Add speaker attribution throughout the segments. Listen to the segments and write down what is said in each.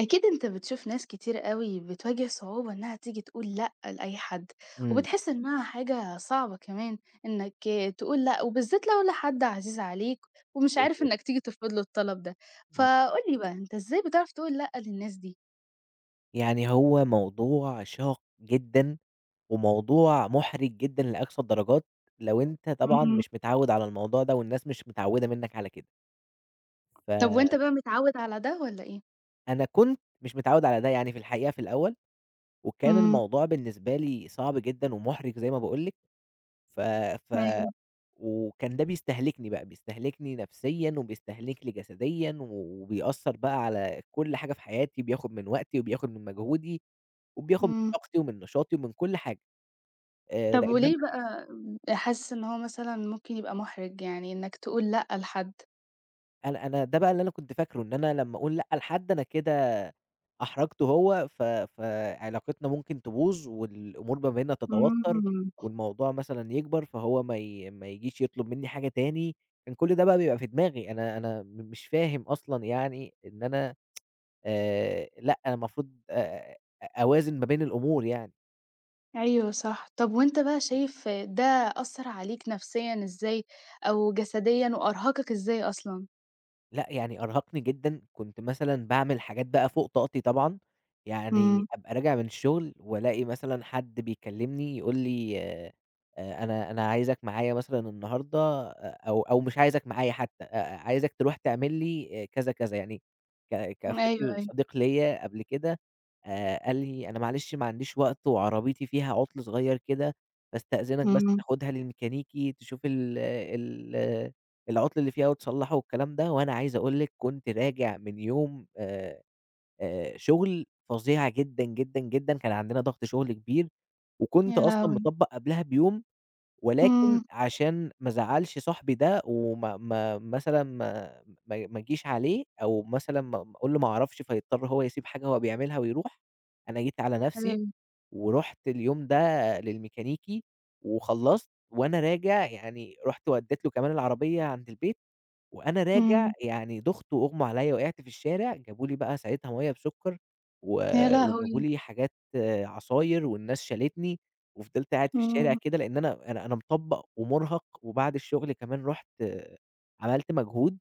Speaker 1: أكيد أنت بتشوف ناس كتير قوي بتواجه صعوبة إنها تيجي تقول لأ لأي حد،
Speaker 2: إمم،
Speaker 1: وبتحس إنها حاجة صعبة كمان، إنك تقول لأ، وبالذات لو لحد عزيز عليك، ومش عارف
Speaker 2: بالضبط.
Speaker 1: إنك تيجي ترفض له الطلب ده.
Speaker 2: إمم،
Speaker 1: فقولي بقى أنت إزاي بتعرف تقول لأ للناس دي؟
Speaker 2: يعني هو موضوع شاق جدًا، وموضوع مُحرِج جدًا لأقصى الدرجات، لو أنت طبعًا
Speaker 1: امم
Speaker 2: مش متعوّد على الموضوع ده، والناس مش متعوّدة منك على كده،
Speaker 1: طب وأنت
Speaker 2: فأنا
Speaker 1: بقى متعود على ده ولا إيه؟
Speaker 2: كنت مش متعوّد على ده يعني في الحقيقة في الأول، وكان
Speaker 1: امم.
Speaker 2: الموضوع بالنسبة لي صعب جدًا ومُحرِج زي ما باقول لِك. ف ف
Speaker 1: ايوه.
Speaker 2: وكان ده بيستهلكني بقى، بيستهلكني نفسيًا وبيستهلكني جسديًا، و وبيأثّر بقى على كُلّ حاجة في حياتي، بياخد من وقتي وبياخد من مجهودي. وبياخد من
Speaker 1: امم
Speaker 2: طاقتي ومن نشاطي ومن كل حاجة.
Speaker 1: طب
Speaker 2: لإن أنا
Speaker 1: وليه بقى حاسس إن هو مثلا ممكن يبقى محرج يعني إنك تقول لأ لحد؟
Speaker 2: أنا أنا ده بقى اللي أنا كنت فاكره، إن أنا لمّا أقول لأ لحد أنا كده أحرجته هو. ف فعلاقتنا ممكن تبوظ والأمور ما بيننا تتوتر،
Speaker 1: مم.
Speaker 2: والموضوع مثلًا يكبر، فهو ما يجيش يطلب مني حاجة تاني. كان كل ده بقى بيبقى في دماغي، أنا مش فاهم أصلًا يعني إن أنا، لأ، أنا المفروض أوازن ما بين الأمور يعني.
Speaker 1: أيوه صح. طب وأنت بقى شايف ده أثّر عليك نفسيًا إزاي أو جسديًا وأرهقك إزاي أصلًا؟
Speaker 2: لأ، يعني أرهقني جدًا، كنت مثلًا باعمل حاجات بقى فوق طاقتي طبعًا. يعني
Speaker 1: إمم.
Speaker 2: أبقى راجع من الشغل وألاقي مثلًا حد بيكلمني يقول لي أنا عايزك معايا مثلًا النهارده، أ أو مش عايزك معايا حتى، عايزك تروح تعمل لي كذا، كذا، يعني. ك ك
Speaker 1: أيوه،
Speaker 2: أفتكر
Speaker 1: أيوه.
Speaker 2: صديق ليّا قبل كده قال لي: "أنا معلش ما عنديش وقت وعربيتي فيها عطل صغير كده، فاستأذنك بس
Speaker 1: إمم.
Speaker 2: تاخدها للميكانيكي تشوف ال العُطل اللي فيها وتصلّحه والكلام ده، وأنا عايز أقول لِك كنت راجع من يوم شُغل فظيع جدًا، جدًا، جدًا، كان عندنا ضغط شُغل كبير، وكنت
Speaker 1: يا
Speaker 2: أصلًا
Speaker 1: لهوي!
Speaker 2: مطبّق قبلها بيوم، ولكن
Speaker 1: إمم.
Speaker 2: عشان ما أزعّلش صاحبي ده وما ما مثلًا ما ما ما أجيش عليه أو مثلًا ما ما أقول له ما أعرفش فيضطر هو يسيب حاجة هو بيعملها ويروح، أنا جيت على نَفْسي
Speaker 1: أيوه.
Speaker 2: ورُحت اليوم ده للميكانيكي وخلّصت وأنا راجع يعني رُحت ودّيت له كمان العربية عند البيت وأنا راجع
Speaker 1: إمم.
Speaker 2: يعني دُخت وأغمى عليّا، وقعت في الشارع، جابوا لي بقى ساعتها مَيّة بسُكّر، و
Speaker 1: يا
Speaker 2: وجابوا
Speaker 1: لهوي!
Speaker 2: لي حاجات آه، عصاير، والناس شالتني، وفضلت قاعد في الشارع
Speaker 1: إمم.
Speaker 2: كده، لإن أنا مطبّق ومُرهق، وبعد الشغل كمان رُحت آه، عملت مجهود،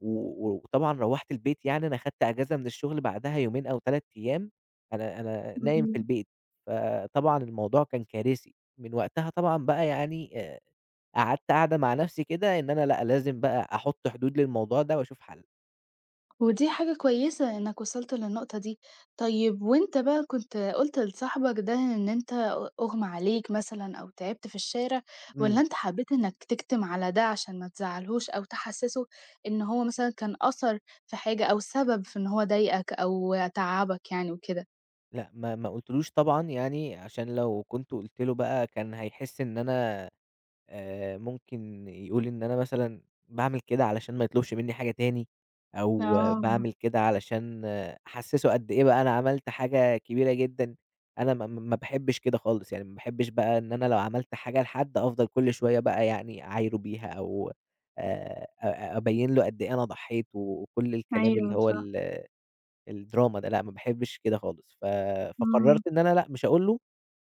Speaker 2: و و- وطبعًا روّحت البيت يعني أنا خدت أجازة من الشغل بعدها يومين أو 3 أيام، أنا نايم
Speaker 1: إمم.
Speaker 2: في البيت. فطبعًا الموضوع كان كارثي، من وقتها طبعًا بقى يعني قعدت قعدة مع نفسي كده إن أنا لأ، لازم بقى أحُط حدود للموضوع ده وأشوف حل.
Speaker 1: ودي حاجة كويسة إنك وصلت للنقطة دي. طيب وأنت بقى كنت قُلت لصاحبك ده إن أنت أُغمى عليك مثلًا أو تعبت في الشارع، والّا
Speaker 2: إمم.
Speaker 1: أنت حبيت إنك تكتم على ده عشان ما تزعّلهوش، أو تحسّسه إن هو مثلًا كان أثر في حاجة أو سبب في إن هو ضايقك أو تعّبك يعني وكده؟
Speaker 2: لأ، ما ما قُلتلوش طبعًا يعني عشان لو كنت قُلت له بقى كان هيحس إن أنا، ممكن يقول إن أنا مثلًا باعمل كده علشان ما يطلبش منّي حاجة تاني، أو
Speaker 1: آه.
Speaker 2: باعمل كده علشان آه، أحسّسه قد إيه بقى أنا عملت حاجة كبيرة جدًا. أنا ما ما ما باحبش كده خالص، يعني ما باحبش بقى إن أنا لو عملت حاجة لحد أفضل كل شوية بقى يعني أعايره بيها أو أبيّن له قد إيه أنا ضحيت وكل الكلام اللي
Speaker 1: أيوه
Speaker 2: هو
Speaker 1: صح.
Speaker 2: الدراما ده. لأ، ما باحبش كده خالص. ف
Speaker 1: إمم.
Speaker 2: فقررت إن أنا لأ، مش هاقول له،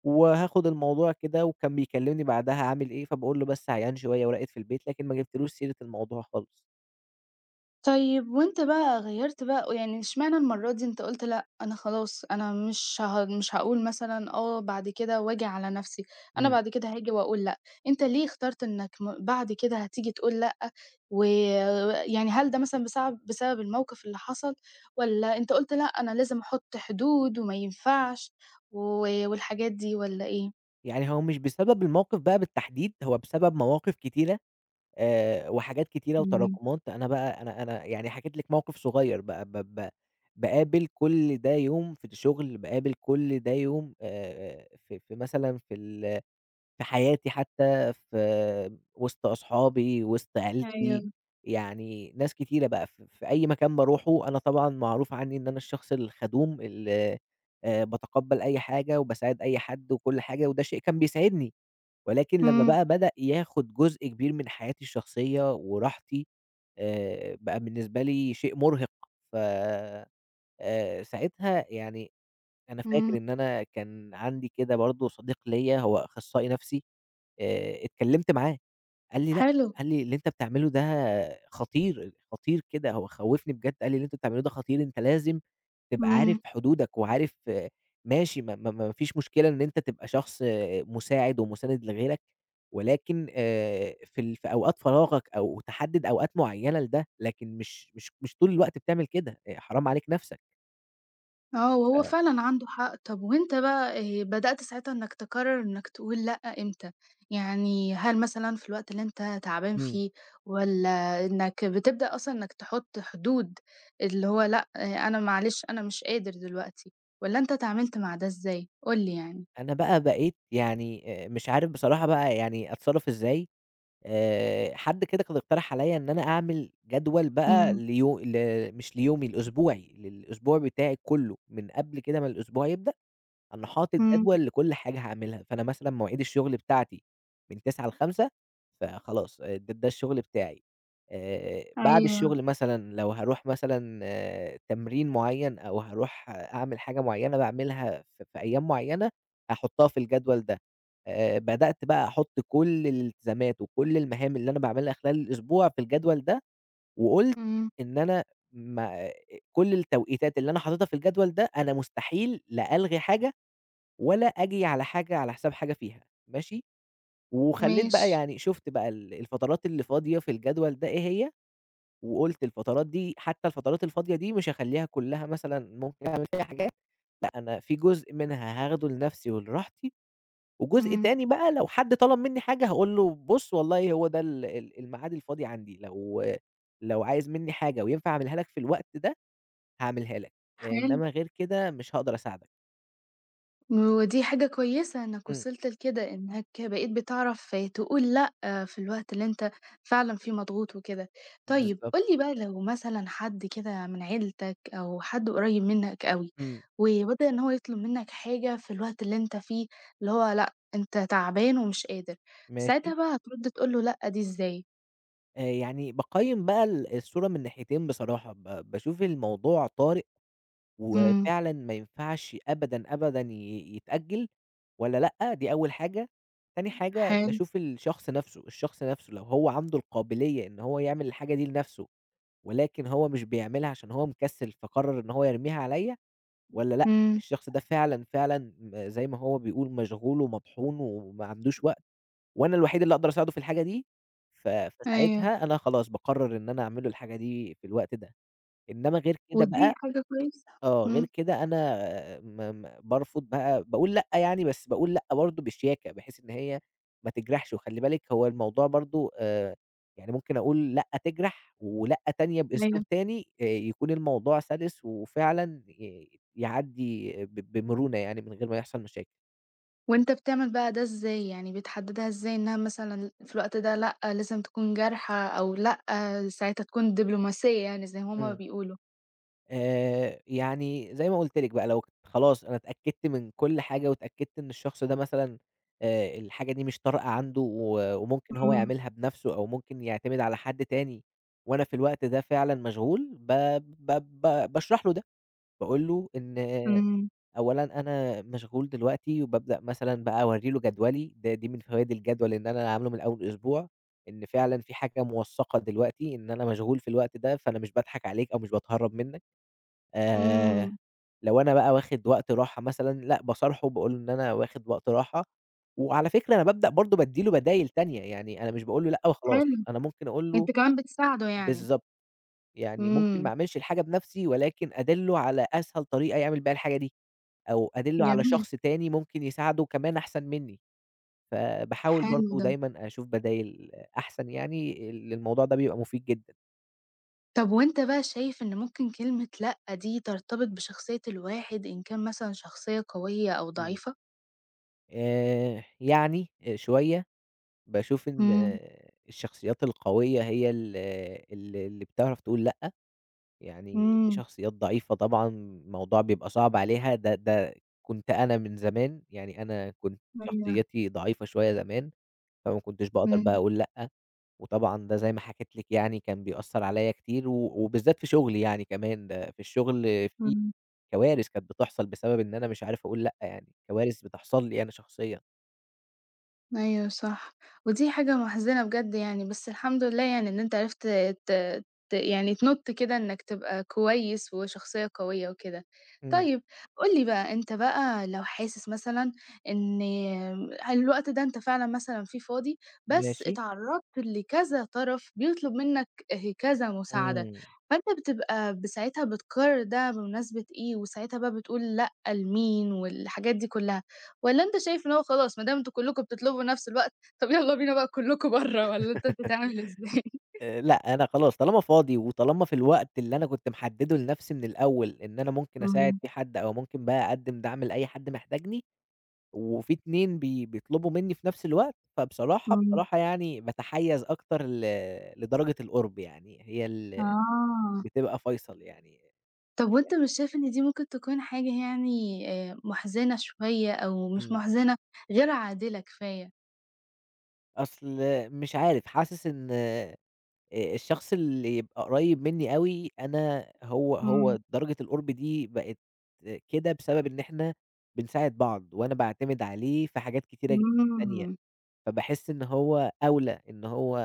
Speaker 2: وهاخد الموضوع كده وكان بيكلمني بعدها عامل إيه، فباقول له بس عيان شوية ورقد في البيت، لكن ما جبتلوش سيرة الموضوع خالص.
Speaker 1: طيب وأنت بقى غيّرت بقى يعني إشمعنى المرّة دي أنت قُلت لأ، أنا خلاص أنا مش هاقول مثلًا آه بعد كده وآجي على نَفْسي، أنا
Speaker 2: إمم.
Speaker 1: بعد كده هاجي وأقول لأ. أنت ليه اخترت إنّك بعد كده هتيجي تقول لأ؟ ويعني هل ده مثلًا بسبب الموقِف اللي حصل، والّا أنت قُلت لأ، أنا لازم أحُط حدود وما ينفعش، و والحاجات دي والّا إيه؟
Speaker 2: يعني هو مش بسبب الموقف بقى بالتحديد، هو بسبب مواقف كتيرة وحاجات كتيرة
Speaker 1: إمم.
Speaker 2: وتراكمات. أنا بقى أنا أنا يعني حكيت لِك موقف صغير بقى. ب ب باقابل كل ده يوم في الشغل، باقابل كل ده يوم في في مثلًا في حياتي حتى، في وسط أصحابي، وسط عيلتي،
Speaker 1: أيوه.
Speaker 2: يعني ناس كتيرة بقى في أي مكان باروحه. أنا طبعًا معروف عنّي إن أنا الشخص الخدوم اللي باتقبّل أي حاجة وباساعد أي حد وكل حاجة، وده شيء كان بيسعدني، ولكن لمّا
Speaker 1: إمم.
Speaker 2: بقى بدأ ياخد جزء كبير من حياتي الشخصية وراحتي، بقى بالنسبة لي شيء مرهق. ف ساعتها يعني أنا
Speaker 1: إمم.
Speaker 2: فاكر إن أنا كان عندي كده برضه صديق ليّا هو أخصائي نفسي، اتكلّمت معاه، قال لي: "لأ."
Speaker 1: حلو.
Speaker 2: قال لي: "اللي أنت بتعمله ده خطير، خطير كده." هو خوّفني بجد، قال لي: "اللي أنت بتعمله ده خطير، أنت لازم تبقى عارف
Speaker 1: إمم.
Speaker 2: حدودك وعارف آه، ماشي ما ما ما فيش مشكلة إن أنت تبقى شخص آه، مساعد ومُساند لغيرك، ولكن في أوقات فراغك أو تحدِّد أوقات معيّنة لده، لكن مش طول الوقت بتعمل كده، حرام عليك نَفْسك."
Speaker 1: آه، وهو
Speaker 2: ف
Speaker 1: فعلًا عنده حق. طب وأنت بقى بدأت ساعتها إنك تقرر إنك تقول لأ إمتى؟ يعني هل مثلًا في الوقت اللي أنت تعبان
Speaker 2: إمم.
Speaker 1: فيه، والّا إنك بتبدأ أصلًا إنك تحط حدود، اللي هو لأ إيه، أنا معلش أنا مش قادر دلوقتي، والّا أنت تعاملت مع ده إزاي؟ قُل لي يعني.
Speaker 2: أنا بقى بقيت يعني مش عارف بصراحة بقى يعني أتصرّف إزاي. حد كده كان اقترح عليّا إن أنا أعمل جدول بقى
Speaker 1: إمم.
Speaker 2: ليو ل مش ليومي، لأسبوعي، للأسبوع بتاعي كُلّه من قبل كده ما الأسبوع يبدأ أنا حاطط
Speaker 1: إمم.
Speaker 2: جدول لكل حاجة هاعملها، فأنا مثلًا مواعيد الشغل بتاعتي من 09:00 ل17:00 فخلاص آه، ده الشغل بتاعي. بعد
Speaker 1: أيوه.
Speaker 2: الشغل مثلًا لو هاروح مثلًا آه، تمرين معيّن أو هاروح أعمل حاجة معيّنة باعملها في في أيام معيّنة، هاحطها في الجدول ده. بدأت بقى أحط كل الالتزامات وكل المهام اللي أنا باعملها خلال الأسبوع في الجدول ده، وقُلت
Speaker 1: إمم.
Speaker 2: إن أنا ما كل التوقيتات اللي أنا حاططها في الجدول ده أنا مستحيل لا ألغي حاجة ولا آجي على حاجة على حساب حاجة فيها، ماشي، وخلّيت
Speaker 1: ماشي.
Speaker 2: بقى يعني شُفت بقى الفترات اللي فاضية في الجدول ده إيه هي، وقُلت الفترات دي حتى الفترات الفاضية دي مش هاخلّيها كلّها مثلًا ممكن أعمل فيها حاجات، لأ أنا في جزء منها هاخده لنفسي ولراحتي، وجزء
Speaker 1: إمم.
Speaker 2: تاني بقى لو حد طلب منّي حاجة هاقول له بُص والله هو ده ال ال الميعاد الفاضي عندي، لو عايز منّي حاجة وينفع أعملها لك في الوقت ده هاعملها لك،
Speaker 1: حلو.
Speaker 2: إنّما غير كده مش هاقدر أساعدك.
Speaker 1: ودي حاجة كويسة إنك
Speaker 2: إمم،
Speaker 1: وصلت لكده، إنك بقيت بتعرف تقول لأ آه، في الوقت اللي أنت فعلًا فيه مضغوط وكده. طيب
Speaker 2: بالضبط،
Speaker 1: قُل لي بقى، لو مثلًا حد كده من عيلتك أو حد قريب منك أوي،
Speaker 2: إمم،
Speaker 1: وبدأ إن هو يطلب منك حاجة في الوقت اللي أنت فيه، اللي هو لأ أنت تعبان ومش قادر، ساعتها
Speaker 2: ماشي.
Speaker 1: بقى هترد تقول له لأ دي إزاي؟
Speaker 2: يعني باقيّم بقى الصورة من ناحيتين بصراحة، باشوف الموضوع طارئ
Speaker 1: إمم.
Speaker 2: وفعلًا ما ينفعش أبدًا، أبدًا يتأجّل والّا لأ، دي أول حاجة. تاني حاجة
Speaker 1: حلو.
Speaker 2: باشوف الشخص نَفْسه، الشخص نَفْسه لو هو عنده القابلية إن هو يعمل الحاجة دي لنَفْسه، ولكن هو مش بيعملها عشان هو مكسِّل فقرر إن هو يرميها عليّا والّا لأ،
Speaker 1: إمم.
Speaker 2: الشخص ده فعلًا، فعلًا زي ما هو بيقول مشغول ومطحون وما عندوش وقت وأنا الوحيد اللي أقدر أساعده في الحاجة دي، ف
Speaker 1: أيوه.
Speaker 2: فساعتها أنا خلاص باقرر إن أنا أعمل له الحاجة دي في الوقت ده، إنما غير كده
Speaker 1: ودي
Speaker 2: بقى
Speaker 1: حاجة كويسة.
Speaker 2: آه،
Speaker 1: إمم.
Speaker 2: غير كده أنا م م بارفض بقى باقول لأ يعني، بس باقول لأ برضه بشياكة، بحيث إن هي ما تجرحش، وخلّي بالِك هو الموضوع برضه يعني ممكن أقول لأ تجرح، ولأ تانية بأسلوب
Speaker 1: أيوه.
Speaker 2: تاني، يكون الموضوع سلس وفعلًا يعدّي بمرونة يعني من غير ما يحصل مشاكل.
Speaker 1: وأنت بتعمل بقى ده إزاي؟ يعني بتحدّدها إزاي إنها مثلًا في الوقت ده لأ، لازم تكون جارحة أو لأ، ساعتها تكون دبلوماسية يعني زي ما هُم
Speaker 2: إمم.
Speaker 1: بيقولوا؟
Speaker 2: يعني زي ما قُلت لِك بقى لو خلاص أنا اتأكدت من كل حاجة، واتأكدت إن الشخص ده مثلًا الحاجة دي مش طارئة عنده وممكن هو
Speaker 1: إمم.
Speaker 2: يعملها بنفسه، أو ممكن يعتمد على حد تاني، وأنا في الوقت ده فعلًا مشغول، ب ب ب باشرح له ده، باقول له إن آه،
Speaker 1: إمم.
Speaker 2: أولًا أنا مشغول دلوقتي، وبابدأ مثلًا بقى أورّي له جدولي، دي من فوايد الجدول إن أنا عامله من أول أسبوع، إن فعلًا في حاجة موثّقة دلوقتي، إن أنا مشغول في الوقت ده، فأنا مش باضحك عليك أو مش باتهرّب منك. آآ،
Speaker 1: إمم.
Speaker 2: لو أنا بقى واخد وقت راحة مثلًا، لأ باصارحه باقول له إن أنا واخد وقت راحة، وعلى فكرة أنا بابدأ برضه بادّي له بدايل تانية، يعني أنا مش باقول له لأ وخلاص،
Speaker 1: حلو،
Speaker 2: أنا ممكن أقول له.
Speaker 1: أنت كمان بتساعده يعني.
Speaker 2: بالضبط، يعني ممكن
Speaker 1: إمم.
Speaker 2: ما أعملش الحاجة بنفسي، ولكن أدلّه على أسهل طريقة يعمل بيها الحاجة دي، أو أدلّه على
Speaker 1: جميل.
Speaker 2: شخص تاني ممكن يساعده كمان أحسن مني، فباحاول
Speaker 1: حلو
Speaker 2: برضه
Speaker 1: ده.
Speaker 2: دايمًا أشوف بدايل أحسن يعني، الموضوع ده بيبقى مفيد جدًا.
Speaker 1: طب وأنت بقى شايف إن ممكن كلمة لأ دي ترتبط بشخصية الواحد إن كان مثلًا شخصية قوية أو
Speaker 2: إمم،
Speaker 1: ضعيفة؟
Speaker 2: يعني شوية باشوف إن
Speaker 1: إمم.
Speaker 2: الشخصيات القوية هي ال اللي بتعرف تقول لأ، يعني في
Speaker 1: إمم.
Speaker 2: شخصيات ضعيفة طبعًا الموضوع بيبقى صعب عليها، ده ده كنت أنا من زمان، يعني أنا كنت
Speaker 1: أيوه.
Speaker 2: شخصيتي ضعيفة شوية زمان، فما كنتش باقدر
Speaker 1: إمم.
Speaker 2: بقى أقول لأ، وطبعًا ده زي ما حكيت لِك يعني كان بيأثّر عليَّ كتير و وبالذات في شغلي يعني كمان، ده في الشغل في
Speaker 1: إمم.
Speaker 2: كوارث كانت بتحصل بسبب إن أنا مش عارف أقول لأ يعني، كوارث بتحصل لي أنا شخصيًا.
Speaker 1: أيوه صح. ودي حاجة محزنة بجد يعني، بس الحمد لله يعني إن أنت عرفت ت ت يعني تنُط كده إنك تبقى كويس وشخصية قوية وكده.
Speaker 2: إمم،
Speaker 1: طيب قُل لي بقى، أنت بقى لو حاسس مثلًا إن الوقت ده أنت فعلًا مثلًا فيه فاضي، بس
Speaker 2: ماشي،
Speaker 1: اتعرّضت لكذا طرف بيطلب منّك كذا مساعدة،
Speaker 2: إمم.
Speaker 1: فأنت بتبقى ساعتها بتقرر ده بمناسبة إيه، وساعتها بقى بتقول لأ لمين والحاجات دي كلّها. والّا أنت شايف إن هو خلاص ما دام أنتم كلّكم بتطلبوا نفس الوقت، طب يالّا بينا بقى كلّكم برّه، والّا أنت بتتعامل إزاي؟
Speaker 2: لأ، أنا خلاص طالما فاضي وطالما في الوقت اللي أنا كنت محدّده لنفسي من الأول إن أنا ممكن أساعد
Speaker 1: إمم.
Speaker 2: فيه حد أو ممكن بقى أقدّم دعم لأي حد محتاجني، وفي 2 بيطلبوا منّي في نفس الوقت، فبصراحة،
Speaker 1: إمم.
Speaker 2: بصراحة يعني باتحيّز أكتر لدرجة القُرب يعني، هي اللي
Speaker 1: آه.
Speaker 2: بتبقى فيصل يعني.
Speaker 1: طب
Speaker 2: ي
Speaker 1: وأنت مش شايف إن دي ممكن تكون حاجة يعني مُحزِنة شوية أو مش
Speaker 2: إمم.
Speaker 1: مُحزِنة، غير عادلة كفاية؟
Speaker 2: أصل مش عارف، حاسس إن الشخص اللي يبقى قريب منّي أوي، أنا هو
Speaker 1: إمم.
Speaker 2: هو درجة القُرب دي بقت آه، كده بسبب إن إحنا بنساعد بعض، وأنا باعتمد عليه في حاجات كتيرة جدًا تانية،
Speaker 1: إمم.
Speaker 2: فباحس إن هو أولى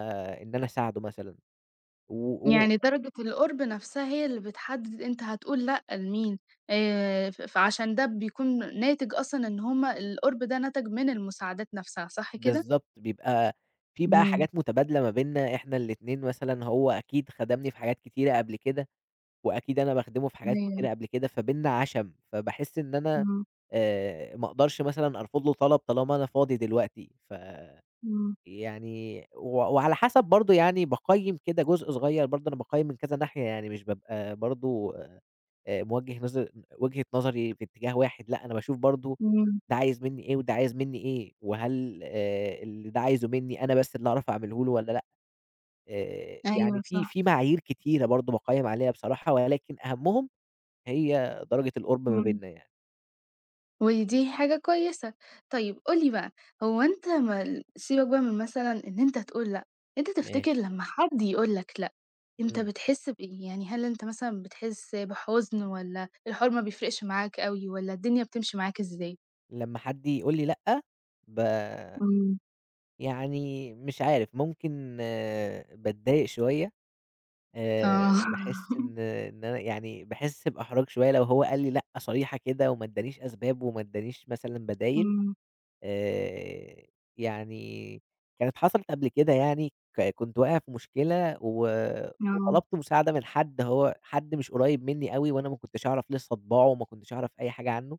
Speaker 2: إن أنا أساعده مثلًا. و و
Speaker 1: يعني درجة القُرب نفسها هي اللي بتحدد أنت هتقول لأ لمين، ف فعشان ده بيكون ناتج أصلًا إن هم القُرب ده نَتَج من المساعدات نفسها، صح كده؟
Speaker 2: بالضبط، بيبقى في
Speaker 1: إمم.
Speaker 2: حاجات متبادلة ما بيننا إحنا الاتنين مثلًا، هو أكيد خدمني في حاجات كتيرة قبل كده وأكيد أنا باخدمه في حاجات
Speaker 1: أيوه.
Speaker 2: كتيرة قبل كده، فبيننا عَشَم، فباحس إن أنا
Speaker 1: إمم.
Speaker 2: ما أقدرش مثلًا أرفض له طلب طالما أنا فاضي دلوقتي.
Speaker 1: إمم.
Speaker 2: يعني و وعلى حسب برضه يعني باقيّم كده جزء صغير برضه أنا باقيّم من كذا ناحية، يعني مش بابقى برضه موجّه نظر وجهة نظري في اتجاه واحد، لأ أنا باشوف برضه
Speaker 1: إمم.
Speaker 2: ده عايز منّي إيه وده عايز منّي إيه، وهل اللي ده عايزه منّي أنا بس اللي أعرف أعمله له والّا لأ. يعني
Speaker 1: أيوه
Speaker 2: في
Speaker 1: صح.
Speaker 2: في معايير كتيرة برضه باقيّم عليها بصراحة، ولكن أهمهم هي درجة القُرب ما
Speaker 1: إمم.
Speaker 2: بيننا يعني.
Speaker 1: ودي حاجة كويسة. طيب قُل لي بقى، هو أنت ما سيبك بقى من مثلًا إن أنت تقول لأ، أنت تفتكر
Speaker 2: ماشي.
Speaker 1: لمّا حد يقول لك لأ، أنت
Speaker 2: إمم.
Speaker 1: بتحس بإيه؟ يعني هل أنت مثلًا بتحس بحزن، والّا الحوار ما بيفرقش معاك أوي، والّا الدنيا بتمشي معاك إزاي؟
Speaker 2: لمّا حد يقول لي لأ، ب
Speaker 1: إمم.
Speaker 2: يعني مش عارف ممكن باتضايق شوية.
Speaker 1: آه.
Speaker 2: باحس إن أنا يعني باحس بإحراج شوية لو هو قال لي لأ صريحة كده وما ادّانيش أسباب وما ادّانيش مثلًا بدايل.
Speaker 1: إمم.
Speaker 2: آآ يعني كانت حصلت قبل كده يعني كنت واقع في مشكلة
Speaker 1: آه.
Speaker 2: وطلبت مساعدة من حد هو حد مش قريب منّي أوي وأنا ما كنتش أعرف لسه طباعه وما كنتش أعرف أي حاجة عنّه.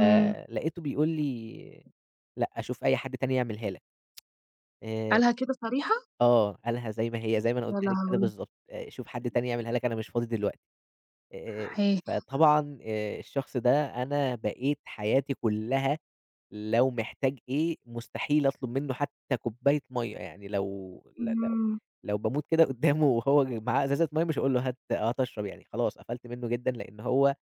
Speaker 1: إمم.
Speaker 2: بيقول لي: "لأ، شوف أي حد تاني يعملها لك." آآ
Speaker 1: قالها كده صريحة
Speaker 2: آه، قالها زي ما هي، زي ما أنا قُلتها
Speaker 1: والّا
Speaker 2: لِك كده
Speaker 1: هاقول
Speaker 2: بالضبط، "شوف حد تاني يعملها لك، أنا مش فاضي دلوقتي." آآ
Speaker 1: إيه؟
Speaker 2: فطبعًا الشخص ده أنا بقيت حياتي كلّها لو محتاج إيه، مستحيل أطلب منّه حتّى كوباية مَيّة، يعني لو
Speaker 1: إمم.
Speaker 2: لو باموت كده قدّامه وهو معاه إزازة مَيّة مش هاقول له: "هات، آه، هات أشرب." يعني خلاص قفلت منّه جدًا، لإن هو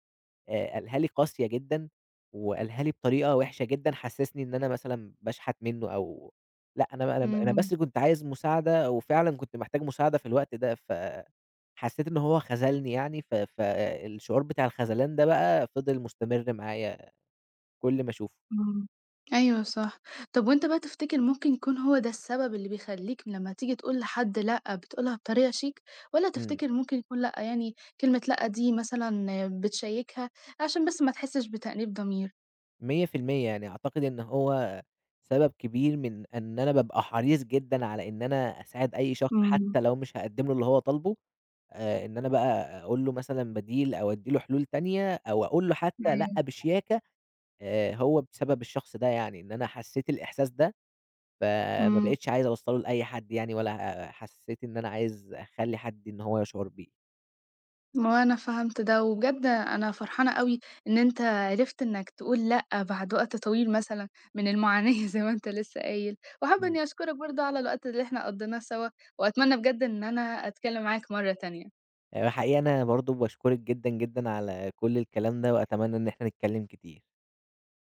Speaker 2: قالها لي قاسية جدًا، وقالها لي بطريقة وِحشة جدًا، حسّسني إن أنا مثلًا باشحت منه أو لأ، أنا
Speaker 1: إمم.
Speaker 2: بس كنت عايز مساعدة وفعلًا كنت محتاج مساعدة في الوقت ده، فحسّيت إن هو خذلني يعني. ف فالشعور بتاع الخذلان ده بقى فضل مستمر معايا كل ما أشوفه.
Speaker 1: إمم. أيوه صح. طب وأنت بقى تفتكر ممكن يكون هو ده السبب اللي بيخلّيك لمّا تيجي تقول لحد لأ، بتقولها بطريقة شيك، والّا
Speaker 2: إمم،
Speaker 1: تفتكر ممكن يكون لأ يعني كلمة لأ دي مثلًا بتشيّكها عشان بس ما تحسّش بتأنيب ضمير؟
Speaker 2: 100% يعني أعتقد إن هو سبب كبير من إن أنا بابقى حريص جدًا على إن أنا أساعد أي شخص،
Speaker 1: إمم.
Speaker 2: حتى لو مش هاقدّم له اللي هو طالبه. إن أنا بقى أقول له مثلًا بديل أو أدّي له حلول تانية أو أقول له حتى لأ
Speaker 1: أيوه.
Speaker 2: بشياكة. هو بسبب الشخص ده يعني، إن أنا حسّيت الإحساس ده، فما
Speaker 1: إمم.
Speaker 2: بقيتش عايز أوصّله لأي حد يعني ولا حسّيت إن أنا عايز أخلّي حد إن هو يشعر بيه.
Speaker 1: وأنا فهمت ده، وبجد أنا فرحانة أوي إن أنت عرفت إنّك تقول لأ بعد وقت طويل مثلًا من المعاناة زي ما أنت لسه قايل، وحابة
Speaker 2: إمم.
Speaker 1: إنّي أشكرك برضه على الوقت اللي إحنا قضّيناه سوا، وأتمنى بجد إن أنا أتكلّم معاك مرّة تانية.
Speaker 2: حقيقي أنا برضه باشكرِك جدًا، جدًا على كل الكلام ده وأتمنى إن إحنا نتكلّم كتير.